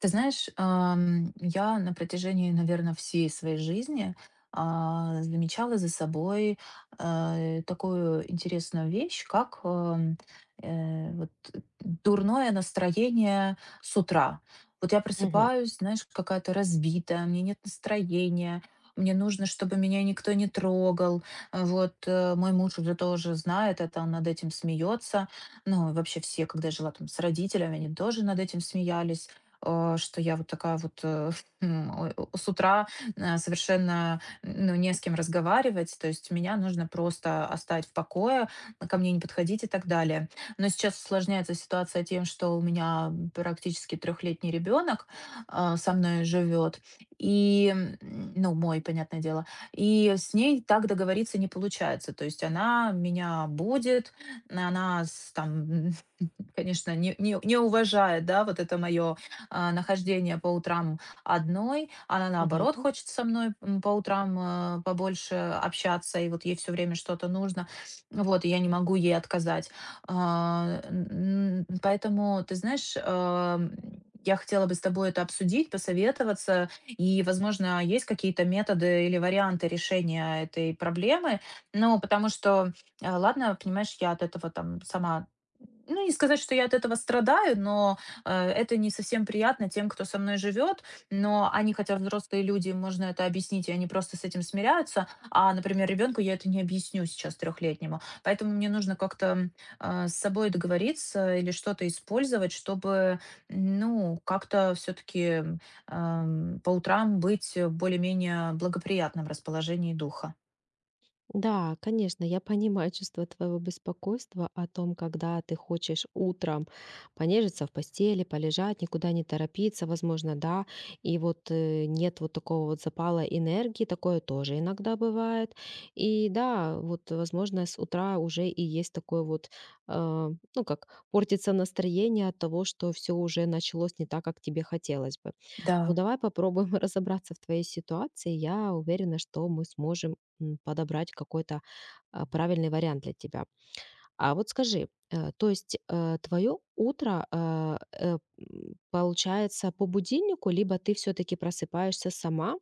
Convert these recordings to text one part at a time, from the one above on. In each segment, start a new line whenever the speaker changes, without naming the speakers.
Ты знаешь, я на протяжении, наверное, всей своей жизни, замечала за собой, такую интересную вещь, как, вот, дурное настроение с утра. Вот я
Мгм.
просыпаюсь, знаешь, какая-то разбитая, мне нет настроения, мне нужно, чтобы меня никто не трогал. А вот, мой муж уже тоже знает это, он над этим смеется. Ну, и вообще все, когда я жила там с родителями, они тоже над этим смеялись, что я вот такая вот, с утра совершенно, ну, не с кем разговаривать, то есть меня нужно просто оставить в покое, ко мне не подходить и так далее. Но сейчас усложняется ситуация тем, что у меня практически трехлетний ребенок со мной живет, и, ну, мой, понятное дело, и с ней так договориться не получается, то есть она меня будет, она там, конечно, не уважает, да, вот это мое, нахождение по утрам одной. Она, наоборот,
Понятно.
хочет со мной, по утрам побольше общаться, и вот ей все время что-то нужно. Вот, и я не могу ей отказать. Поэтому, ты знаешь, я хотела бы с тобой это обсудить, посоветоваться, и, возможно, есть какие-то методы или варианты решения этой проблемы. Ну, потому что, ладно, понимаешь, я от этого там сама, ну, не сказать, что я от этого страдаю, но это не совсем приятно тем, кто со мной живет, но они, хотя взрослые люди, им можно это объяснить, и они просто с этим смиряются. А, например, ребенку я это не объясню сейчас трехлетнему. Поэтому мне нужно как-то, с собой договориться или что-то использовать, чтобы, ну, как-то все-таки по утрам быть в более-менее благоприятном расположении духа.
Да, конечно, я понимаю чувство твоего беспокойства о том, когда ты хочешь утром понежиться в постели, полежать, никуда не торопиться, возможно, да, и вот нет вот такого вот запала энергии, такое тоже иногда бывает. И да, вот, возможно, с утра уже и есть такое вот, э, ну как, портится настроение от того, что все уже началось не так, как тебе хотелось бы. Ну
Да.
давай попробуем разобраться в твоей ситуации. Я уверена, что мы сможем подобрать какой-то правильный вариант для тебя. А вот скажи, то есть твое утро получается по будильнику, либо ты все-таки просыпаешься сама,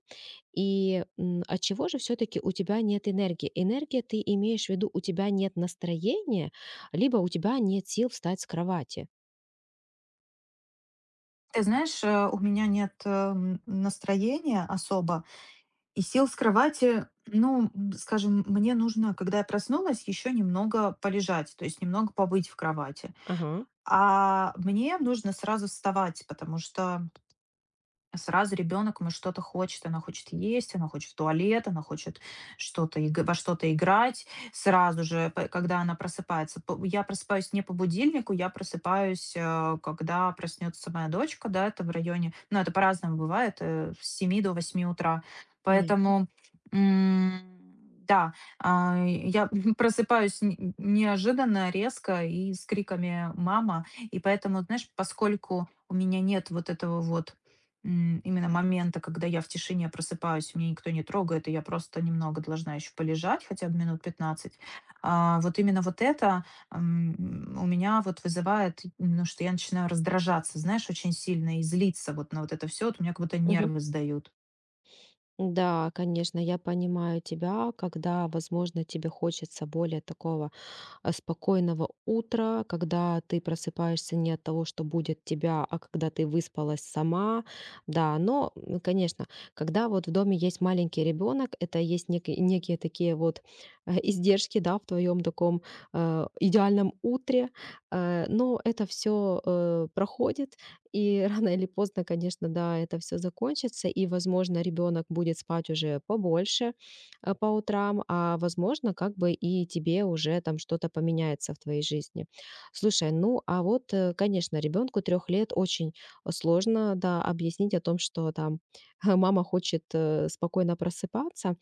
и от чего же все-таки у тебя нет энергии? Энергия ты имеешь в виду, у тебя нет настроения, либо у тебя нет сил встать с кровати.
Ты знаешь, у меня нет, настроения особо. И сел с кровати, ну, скажем, мне нужно, когда я проснулась, еще немного полежать, то есть немного побыть в кровати.
Ага,
А мне нужно сразу вставать, потому что сразу ребенок ему что-то хочет. Она хочет есть, она хочет в туалет, она хочет что-то иг во что-то играть. Сразу же, п когда она просыпается, п я просыпаюсь не по будильнику, я просыпаюсь, когда проснется моя дочка, да, это в районе, ну, это по-разному бывает, с 7 до 8 утра.
понятно.
Поэтому, м, да, я просыпаюсь н неожиданно, резко и с криками «мама». И поэтому, знаешь, поскольку у меня нет вот этого вот, именно момента, когда я в тишине просыпаюсь, меня никто не трогает, и я просто немного должна еще полежать, хотя бы минут 15. А вот именно вот это, у меня вот вызывает, ну, что я начинаю раздражаться, знаешь, очень сильно и злиться вот на вот это все. Вот у меня как будто
Мгм.
нервы сдают.
Да, конечно, я понимаю тебя, когда, возможно, тебе хочется более такого спокойного утра, когда ты просыпаешься не от того, что будет тебя, а когда ты выспалась сама. Да, но, конечно, когда вот в доме есть маленький ребенок, это есть некие такие вот издержки, да, в твоем таком идеальном утре. Но это все проходит, и рано или поздно, конечно, да, это все закончится, и, возможно, ребенок будет спать уже побольше, по утрам, а возможно, как бы и тебе уже там что-то поменяется в твоей жизни. Слушай, ну а вот, конечно, ребенку 3 лет очень сложно, да, объяснить о том, что там мама хочет спокойно просыпаться,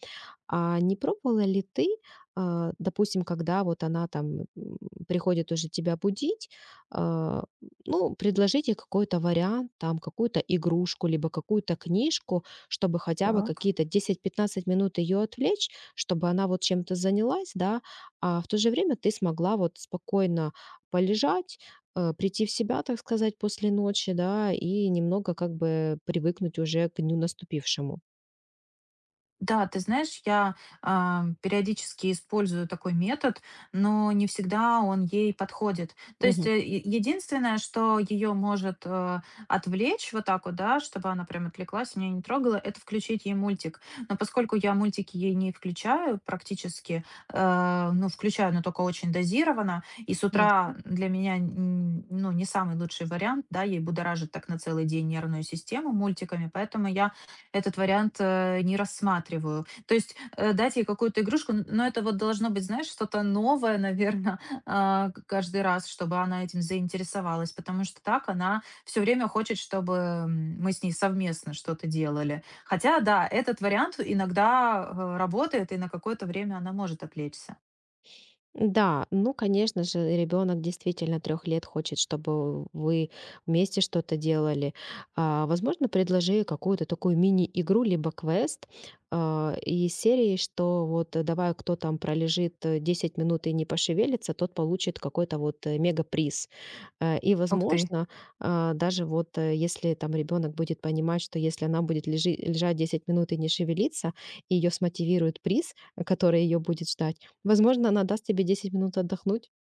а не пробовала ли ты, допустим, когда вот она там приходит уже тебя будить, а, ну, предложить ей какой-то вариант, там, какую-то игрушку, либо какую-то книжку, чтобы хотя бы
Так.
какие-то 10-15 минут ее отвлечь, чтобы она вот чем-то занялась, да, а в то же время ты смогла вот спокойно полежать, прийти в себя, так сказать, после ночи, да, и немного как бы привыкнуть уже к дню наступившему.
Да, ты знаешь, я, периодически использую такой метод, но не всегда он ей подходит. То есть,
Мгм.
единственное, что ее может, отвлечь вот так вот, да, чтобы она прям отвлеклась, меня не трогала, это включить ей мультик. Но поскольку я мультики ей не включаю практически, ну, включаю, но только очень дозированно, и с утра
Ясно.
для меня, ну, не самый лучший вариант, да, ей будоражит так на целый день нервную систему мультиками, поэтому я этот вариант, не рассматриваю. То есть, дать ей какую-то игрушку, н но это вот должно быть, знаешь, что-то новое, наверное, каждый раз, чтобы она этим заинтересовалась, потому что так она все время хочет, чтобы, мы с ней совместно что-то делали. Хотя, да, этот вариант иногда, работает, и на какое-то время она может отвлечься.
Да, ну, конечно же, ребенок действительно 3 лет хочет, чтобы вы вместе что-то делали. Возможно, предложи какую-то такую мини-игру либо квест, из серии, что вот, давай, кто там пролежит, 10 минут и не пошевелится, тот получит какой-то вот, мегаприз. И,
Ух ты.
возможно, даже вот, если там ребенок будет понимать, что если она будет лежи лежать 10 минут и не шевелиться, ее смотивирует приз, который ее будет ждать. Возможно, она даст тебе 10 минут отдохнуть.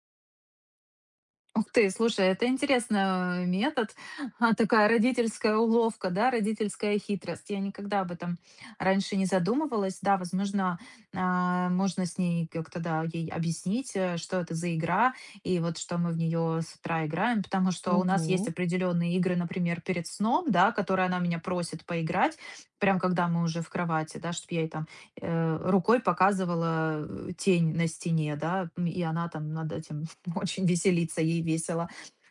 Ух ты, слушай, это интересный, метод. А, такая родительская уловка, да, родительская хитрость. Я никогда об этом раньше не задумывалась. Да, возможно, можно с ней как-то, да, ей объяснить, что это за игра и вот что мы в нее с утра играем, потому что у нас есть
Угу.
определенные игры, например, перед сном, да, которые она меня просит поиграть, прям когда мы уже в кровати, да, чтобы я ей там, рукой показывала, тень на стене, да, и она там над этим очень веселиться, ей весело,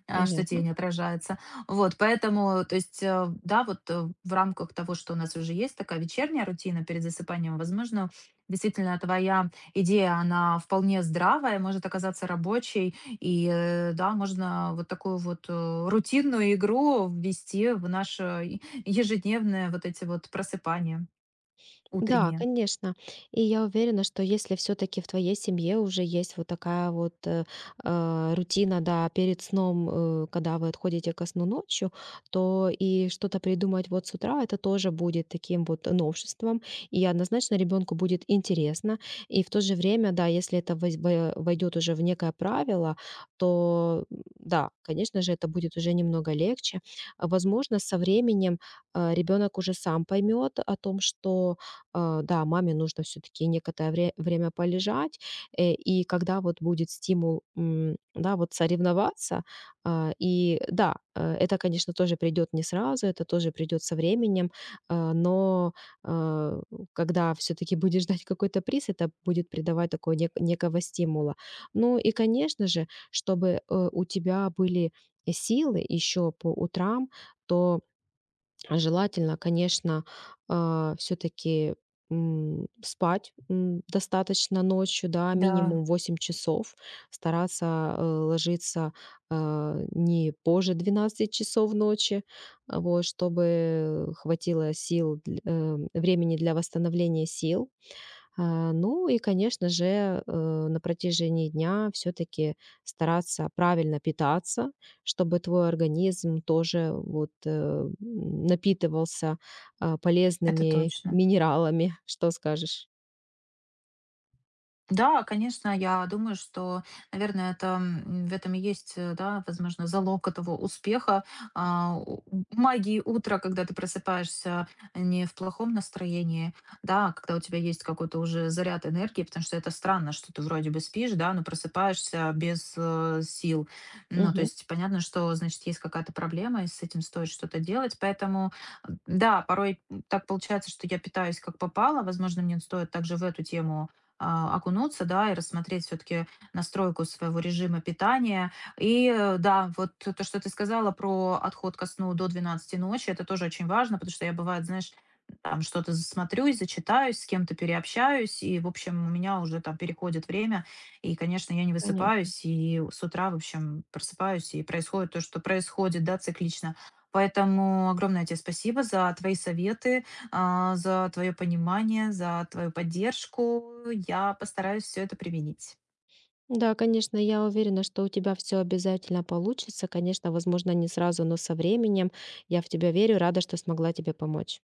что
Понятно.
тень отражается. Вот, поэтому, то есть, да, вот, в рамках того, что у нас уже есть такая вечерняя рутина перед засыпанием, возможно, действительно твоя идея, она вполне здравая, может оказаться рабочей, и, да, можно вот такую вот, рутинную игру ввести в наше, ежедневное вот эти вот просыпания
Да,
утренние.
конечно. И я уверена, что если все таки в твоей семье уже есть вот такая вот, рутина, да, перед сном, когда вы отходите ко сну ночью, то и что-то придумать вот с утра- это тоже будет таким вот новшеством, и однозначно ребенку будет интересно. И в то же время, да, если это войдет уже в некое правило, то, да, конечно же, это будет уже немного легче. Возможно, со временем, ребенок уже сам поймет о том, что да, маме нужно все таки некоторое время полежать, и когда вот будет стимул, да, вот соревноваться, и да, это, конечно, тоже придет не сразу, это тоже придет со временем, но, а, когда все таки будешь ждать какой-то приз, это будет придавать такого некого стимула. Ну и, конечно же, чтобы, у тебя были силы еще по утрам, то желательно, конечно, все таки спать, достаточно ночью, да,
Да,
минимум 8 часов. Стараться, ложиться, не позже 12 часов ночи, вот, чтобы хватило сил времени для восстановления сил. Ну и, конечно же, на протяжении дня все таки стараться правильно питаться, чтобы твой организм тоже вот, напитывался,
это
полезными
точно.
минералами. Что скажешь?
Да, конечно, я думаю, что, наверное, это, в этом и есть, да, возможно, залог этого успеха, магии утра, когда ты просыпаешься не в плохом настроении, да, а когда у тебя есть какой-то уже заряд энергии, потому что это странно, что ты вроде бы спишь, да, но просыпаешься без, сил. Ну, то
Мгм.
есть понятно, что, значит, есть какая-то проблема, и с этим стоит что-то делать, поэтому, да, порой так получается, что я питаюсь как попало, возможно, мне стоит также в эту тему, окунуться, да, и рассмотреть все-таки настройку своего режима питания. И, да, вот то, что ты сказала про отход ко сну до 12 ночи, это тоже очень важно, потому что я бывает, знаешь, там что-то засмотрюсь, зачитаюсь, с кем-то переобщаюсь, и, в общем, у меня уже там переходит время, и, конечно, я не
Понятно.
высыпаюсь, и с утра, в общем, просыпаюсь, и происходит то, что происходит, да, циклично. Поэтому огромное тебе спасибо за твои советы, за твое понимание, за твою поддержку. Я постараюсь все это применить.
Да, конечно, я уверена, что у тебя все обязательно получится. Конечно, возможно, не сразу, но со временем. Я в тебя верю, рада, что смогла тебе помочь.